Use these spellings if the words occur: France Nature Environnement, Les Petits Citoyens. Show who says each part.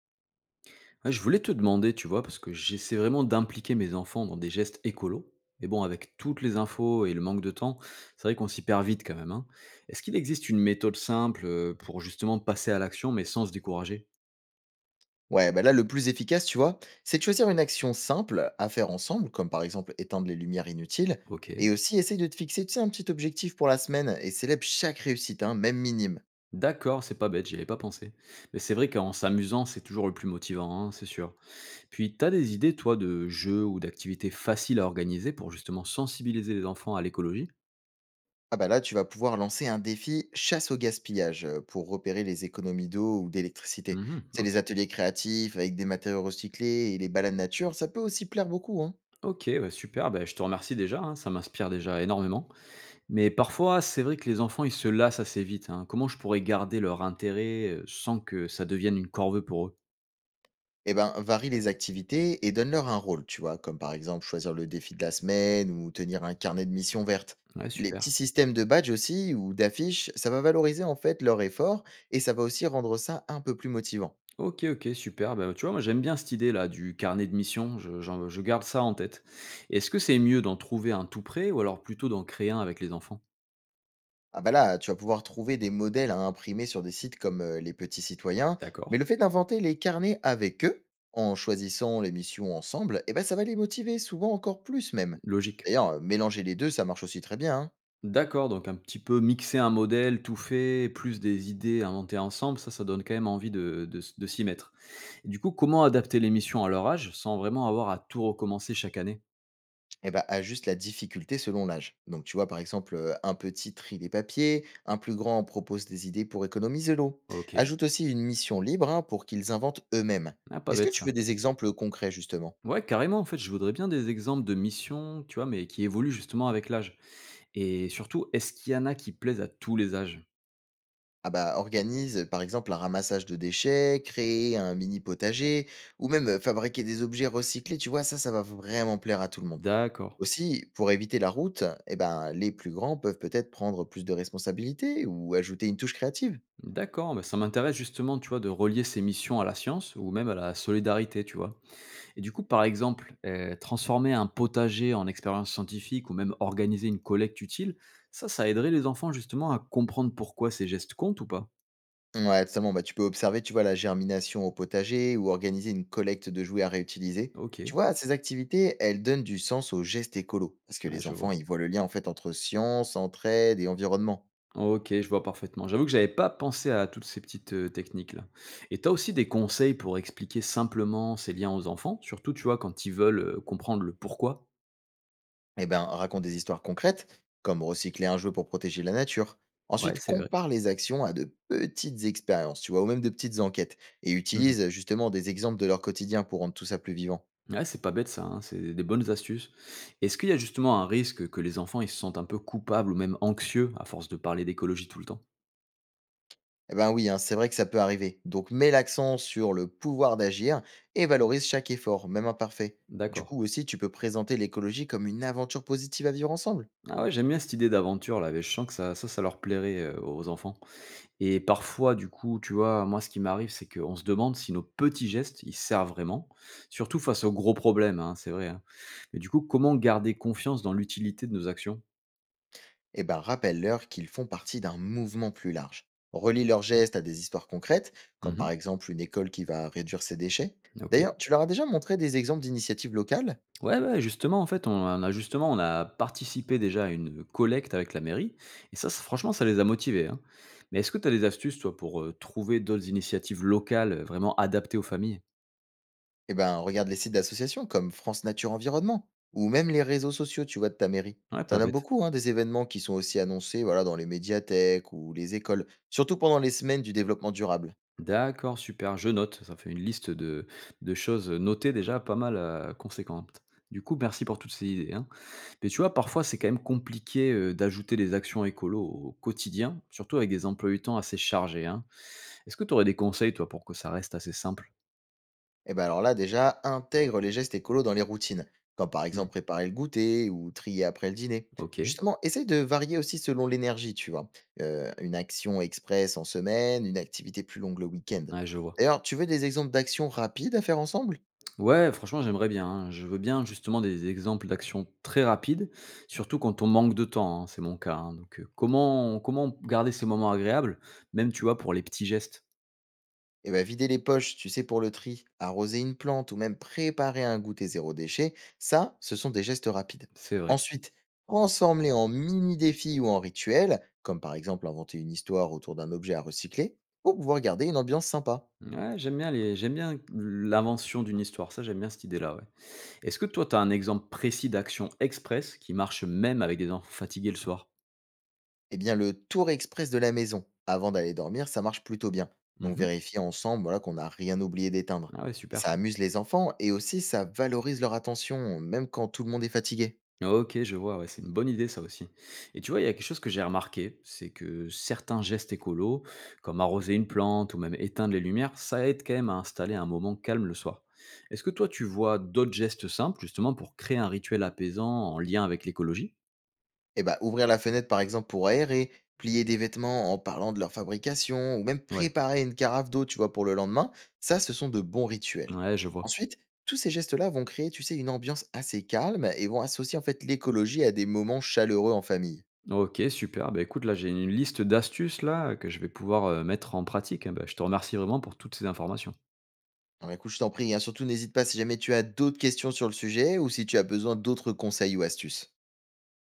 Speaker 1: Ouais, je voulais te demander, tu vois, parce que j'essaie vraiment d'impliquer mes enfants dans des gestes écolos. Mais bon, avec toutes les infos et le manque de temps, c'est vrai qu'on s'y perd vite quand même, hein. Est-ce qu'il existe une méthode simple pour justement passer à l'action, mais sans se décourager?
Speaker 2: Ouais, bah là, le plus efficace, tu vois, c'est de choisir une action simple à faire ensemble, comme par exemple éteindre les lumières inutiles,
Speaker 1: Ok.
Speaker 2: et aussi essaye de te fixer, tu sais, un petit objectif pour la semaine et célèbre chaque réussite, hein, même minime.
Speaker 1: D'accord, c'est pas bête, j'y avais pas pensé. Mais c'est vrai qu'en s'amusant, c'est toujours le plus motivant, hein, c'est sûr. Puis, t'as des idées, toi, de jeux ou d'activités faciles à organiser pour justement sensibiliser les enfants à l'écologie?
Speaker 2: Ah bah là, tu vas pouvoir lancer un défi chasse au gaspillage pour repérer les économies d'eau ou d'électricité. Tu
Speaker 1: Mhm,
Speaker 2: sais,
Speaker 1: ok.
Speaker 2: les ateliers créatifs avec des matériaux recyclés et les balades nature, ça peut aussi plaire beaucoup, hein.
Speaker 1: Ok, bah super, bah je te remercie déjà, hein, ça m'inspire déjà énormément. Mais parfois, c'est vrai que les enfants, ils se lassent assez vite, hein. Comment je pourrais garder leur intérêt, sans que ça devienne une corvée pour eux?
Speaker 2: Eh ben, varie les activités et donne-leur un rôle, tu vois, comme par exemple choisir le défi de la semaine ou tenir un carnet de missions vertes.
Speaker 1: Ouais,
Speaker 2: Les petits
Speaker 1: super.
Speaker 2: systèmes de badge aussi ou d'affiches, ça va valoriser en fait leur effort et ça va aussi rendre ça un peu plus motivant.
Speaker 1: OK, OK, super. Bah, tu vois, moi, j'aime bien cette idée-là du carnet de mission, je garde ça en tête. Est-ce que c'est mieux d'en trouver un tout prêt ou alors plutôt d'en créer un avec les enfants?
Speaker 2: Ah bah là, tu vas pouvoir trouver des modèles à imprimer sur des sites comme Les Petits Citoyens,
Speaker 1: D'accord,
Speaker 2: mais le fait d'inventer les carnets avec eux, en choisissant les missions ensemble, eh ben ça va les motiver souvent encore plus même.
Speaker 1: logique.
Speaker 2: D'ailleurs, mélanger les deux, ça marche aussi très bien, hein.
Speaker 1: D'accord, donc un petit peu mixer un modèle tout fait, plus des idées inventées ensemble, ça donne quand même envie de s'y mettre. Et du coup, comment adapter les missions à leur âge, sans vraiment avoir à tout recommencer chaque année?
Speaker 2: Eh ben, ajuste la difficulté selon l'âge. Donc, tu vois, par exemple, un petit trie les papiers, un plus grand propose des idées pour économiser l'eau.
Speaker 1: OK.
Speaker 2: Ajoute aussi une mission libre, hein, pour qu'ils inventent eux-mêmes.
Speaker 1: Ah, pas
Speaker 2: Est-ce que
Speaker 1: bête
Speaker 2: tu veux
Speaker 1: ça.
Speaker 2: des exemples concrets, justement?
Speaker 1: Ouais, carrément, en fait, je voudrais bien des exemples de missions, tu vois, mais qui évoluent justement avec l'âge. Et surtout, est-ce qu'il y en a qui plaisent à tous les âges?
Speaker 2: Ah bah, organise, par exemple, un ramassage de déchets, créer un mini potager, ou même fabriquer des objets recyclés, tu vois, ça va vraiment plaire à tout le monde.
Speaker 1: D'accord.
Speaker 2: Aussi, pour éviter la route, eh ben, les plus grands peuvent peut-être prendre plus de responsabilités ou ajouter une touche créative.
Speaker 1: D'accord, bah ça m'intéresse justement, tu vois, de relier ces missions à la science ou même à la solidarité, tu vois. Et du coup, par exemple, transformer un potager en expérience scientifique ou même organiser une collecte utile, ça aiderait les enfants justement à comprendre pourquoi ces gestes comptent ou pas?
Speaker 2: Ouais, totalement. Bah, tu peux observer, tu vois, la germination au potager ou organiser une collecte de jouets à réutiliser.
Speaker 1: Ok,
Speaker 2: Tu vois, ces activités, elles donnent du sens aux gestes écolos. Parce que
Speaker 1: ouais,
Speaker 2: les
Speaker 1: je
Speaker 2: enfants,
Speaker 1: vois.
Speaker 2: ils voient le lien en fait entre science, entraide et environnement.
Speaker 1: OK, je vois parfaitement. J'avoue que j'avais pas pensé à toutes ces petites, techniques-là. Et tu as aussi des conseils pour expliquer simplement ces liens aux enfants? Surtout, tu vois, quand ils veulent, comprendre le pourquoi?
Speaker 2: Eh ben, raconte des histoires concrètes, comme recycler un jouet pour protéger la nature.
Speaker 1: Ouais,
Speaker 2: Ensuite,
Speaker 1: c'est vrai.
Speaker 2: compare les actions à de petites expériences, tu vois, ou même de petites enquêtes. Et
Speaker 1: Mmh.
Speaker 2: utilise justement des exemples de leur quotidien pour rendre tout ça plus vivant.
Speaker 1: Ouais, c'est pas bête ça, hein, c'est des bonnes astuces. Est-ce qu'il y a justement un risque que les enfants, ils se sentent un peu coupables ou même anxieux à force de parler d'écologie tout le temps?
Speaker 2: Eh ben oui, hein, c'est vrai que ça peut arriver. Donc mets l'accent sur le pouvoir d'agir et valorise chaque effort, même imparfait. Du
Speaker 1: D'accord.
Speaker 2: coup aussi, tu peux présenter l'écologie comme une aventure positive à vivre ensemble.
Speaker 1: Ah ouais, j'aime bien cette idée d'aventure là, mais je sens que ça leur plairait, aux enfants. Et parfois, du coup, tu vois, moi, ce qui m'arrive, c'est qu'on se demande si nos petits gestes, ils servent vraiment, surtout face aux gros problèmes, hein, c'est vrai, hein. Mais du coup, comment garder confiance dans l'utilité de nos actions?
Speaker 2: Eh ben rappelle-leur qu'ils font partie d'un mouvement plus large. Relie leurs gestes à des histoires concrètes, comme par
Speaker 1: Mhm.
Speaker 2: exemple une école qui va réduire ses déchets.
Speaker 1: Ok.
Speaker 2: D'ailleurs, tu leur as déjà montré des exemples d'initiatives locales?
Speaker 1: Ouais, ouais, justement, en fait, on a justement, on a participé déjà à une collecte avec la mairie, et ça, franchement, ça les a motivés, hein. Mais est-ce que tu as des astuces, toi, pour trouver d'autres initiatives locales vraiment adaptées aux familles?
Speaker 2: Eh ben, regarde les sites d'associations comme France Nature Environnement ou même les réseaux sociaux, tu vois, de ta mairie.
Speaker 1: Ouais,
Speaker 2: T'en
Speaker 1: pas
Speaker 2: as
Speaker 1: bête.
Speaker 2: beaucoup, hein, des événements qui sont aussi annoncés voilà, dans les médiathèques ou les écoles, surtout pendant les semaines du développement durable.
Speaker 1: D'accord, super, je note. Ça fait une liste de choses notées déjà pas mal, conséquente. Du coup, merci pour toutes ces idées, hein. Mais tu vois, parfois, c'est quand même compliqué, d'ajouter des actions écolo au quotidien, surtout avec des emplois du temps assez chargés, hein. Est-ce que tu aurais des conseils, toi, pour que ça reste assez simple?
Speaker 2: Eh ben alors là, déjà, intègre les gestes écolos dans les routines, comme par
Speaker 1: Mmh,
Speaker 2: exemple préparer le goûter ou trier après le dîner.
Speaker 1: OK,
Speaker 2: Justement, essaye de varier aussi selon l'énergie, tu vois. Une action express en semaine, une activité plus longue le week-end.
Speaker 1: ouais, je vois.
Speaker 2: D'ailleurs, tu veux des exemples d'actions rapides à faire ensemble?
Speaker 1: Ouais, franchement, j'aimerais bien, hein. Je veux bien justement des exemples d'actions très rapides, surtout quand on manque de temps, hein, c'est mon cas, hein. Donc, comment garder ces moments agréables, même, tu vois, pour les petits gestes?
Speaker 2: Et bah, vider les poches, tu sais, pour le tri, arroser une plante ou même préparer un goûter zéro déchet, ça, ce sont des gestes rapides.
Speaker 1: C'est vrai.
Speaker 2: Ensuite, transforme-les en mini-défis ou en rituels, comme par exemple inventer une histoire autour d'un objet à recycler, pour pouvoir garder une ambiance sympa.
Speaker 1: Ouais, j'aime bien l'invention d'une histoire, ça, j'aime bien cette idée-là, ouais. Est-ce que toi, tu as un exemple précis d'action express qui marche même avec des enfants fatigués le soir?
Speaker 2: Et bien, le tour express de la maison, avant d'aller dormir, ça marche plutôt bien. Donc,
Speaker 1: Mmh.
Speaker 2: vérifier ensemble voilà, qu'on n'a rien oublié d'éteindre.
Speaker 1: Ah ouais,
Speaker 2: Et
Speaker 1: super
Speaker 2: ça
Speaker 1: ça.
Speaker 2: amuse les enfants et aussi ça valorise leur attention, même quand tout le monde est fatigué.
Speaker 1: OK, je vois, ouais, c'est une bonne idée ça aussi. Et tu vois, il y a quelque chose que j'ai remarqué, c'est que certains gestes écolos, comme arroser une plante ou même éteindre les lumières, ça aide quand même à installer un moment calme le soir. Est-ce que toi, tu vois d'autres gestes simples, justement, pour créer un rituel apaisant en lien avec l'écologie?
Speaker 2: Eh ben ouvrir la fenêtre par exemple pour aérer, plier des vêtements en parlant de leur fabrication, ou même
Speaker 1: Ouais,
Speaker 2: préparer une carafe d'eau, tu vois, pour le lendemain, ça, ce sont de bons rituels.
Speaker 1: ouais, je vois.
Speaker 2: Ensuite, tous ces gestes-là vont créer, tu sais, une ambiance assez calme et vont associer en fait l'écologie à des moments chaleureux en famille.
Speaker 1: OK, super. Bah, écoute, là, j'ai une liste d'astuces là, que je vais pouvoir, mettre en pratique, hein. Bah, je te remercie vraiment pour toutes ces informations.
Speaker 2: Alors écoute, je t'en prie, hein, surtout n'hésite pas si jamais tu as d'autres questions sur le sujet ou si tu as besoin d'autres conseils ou astuces.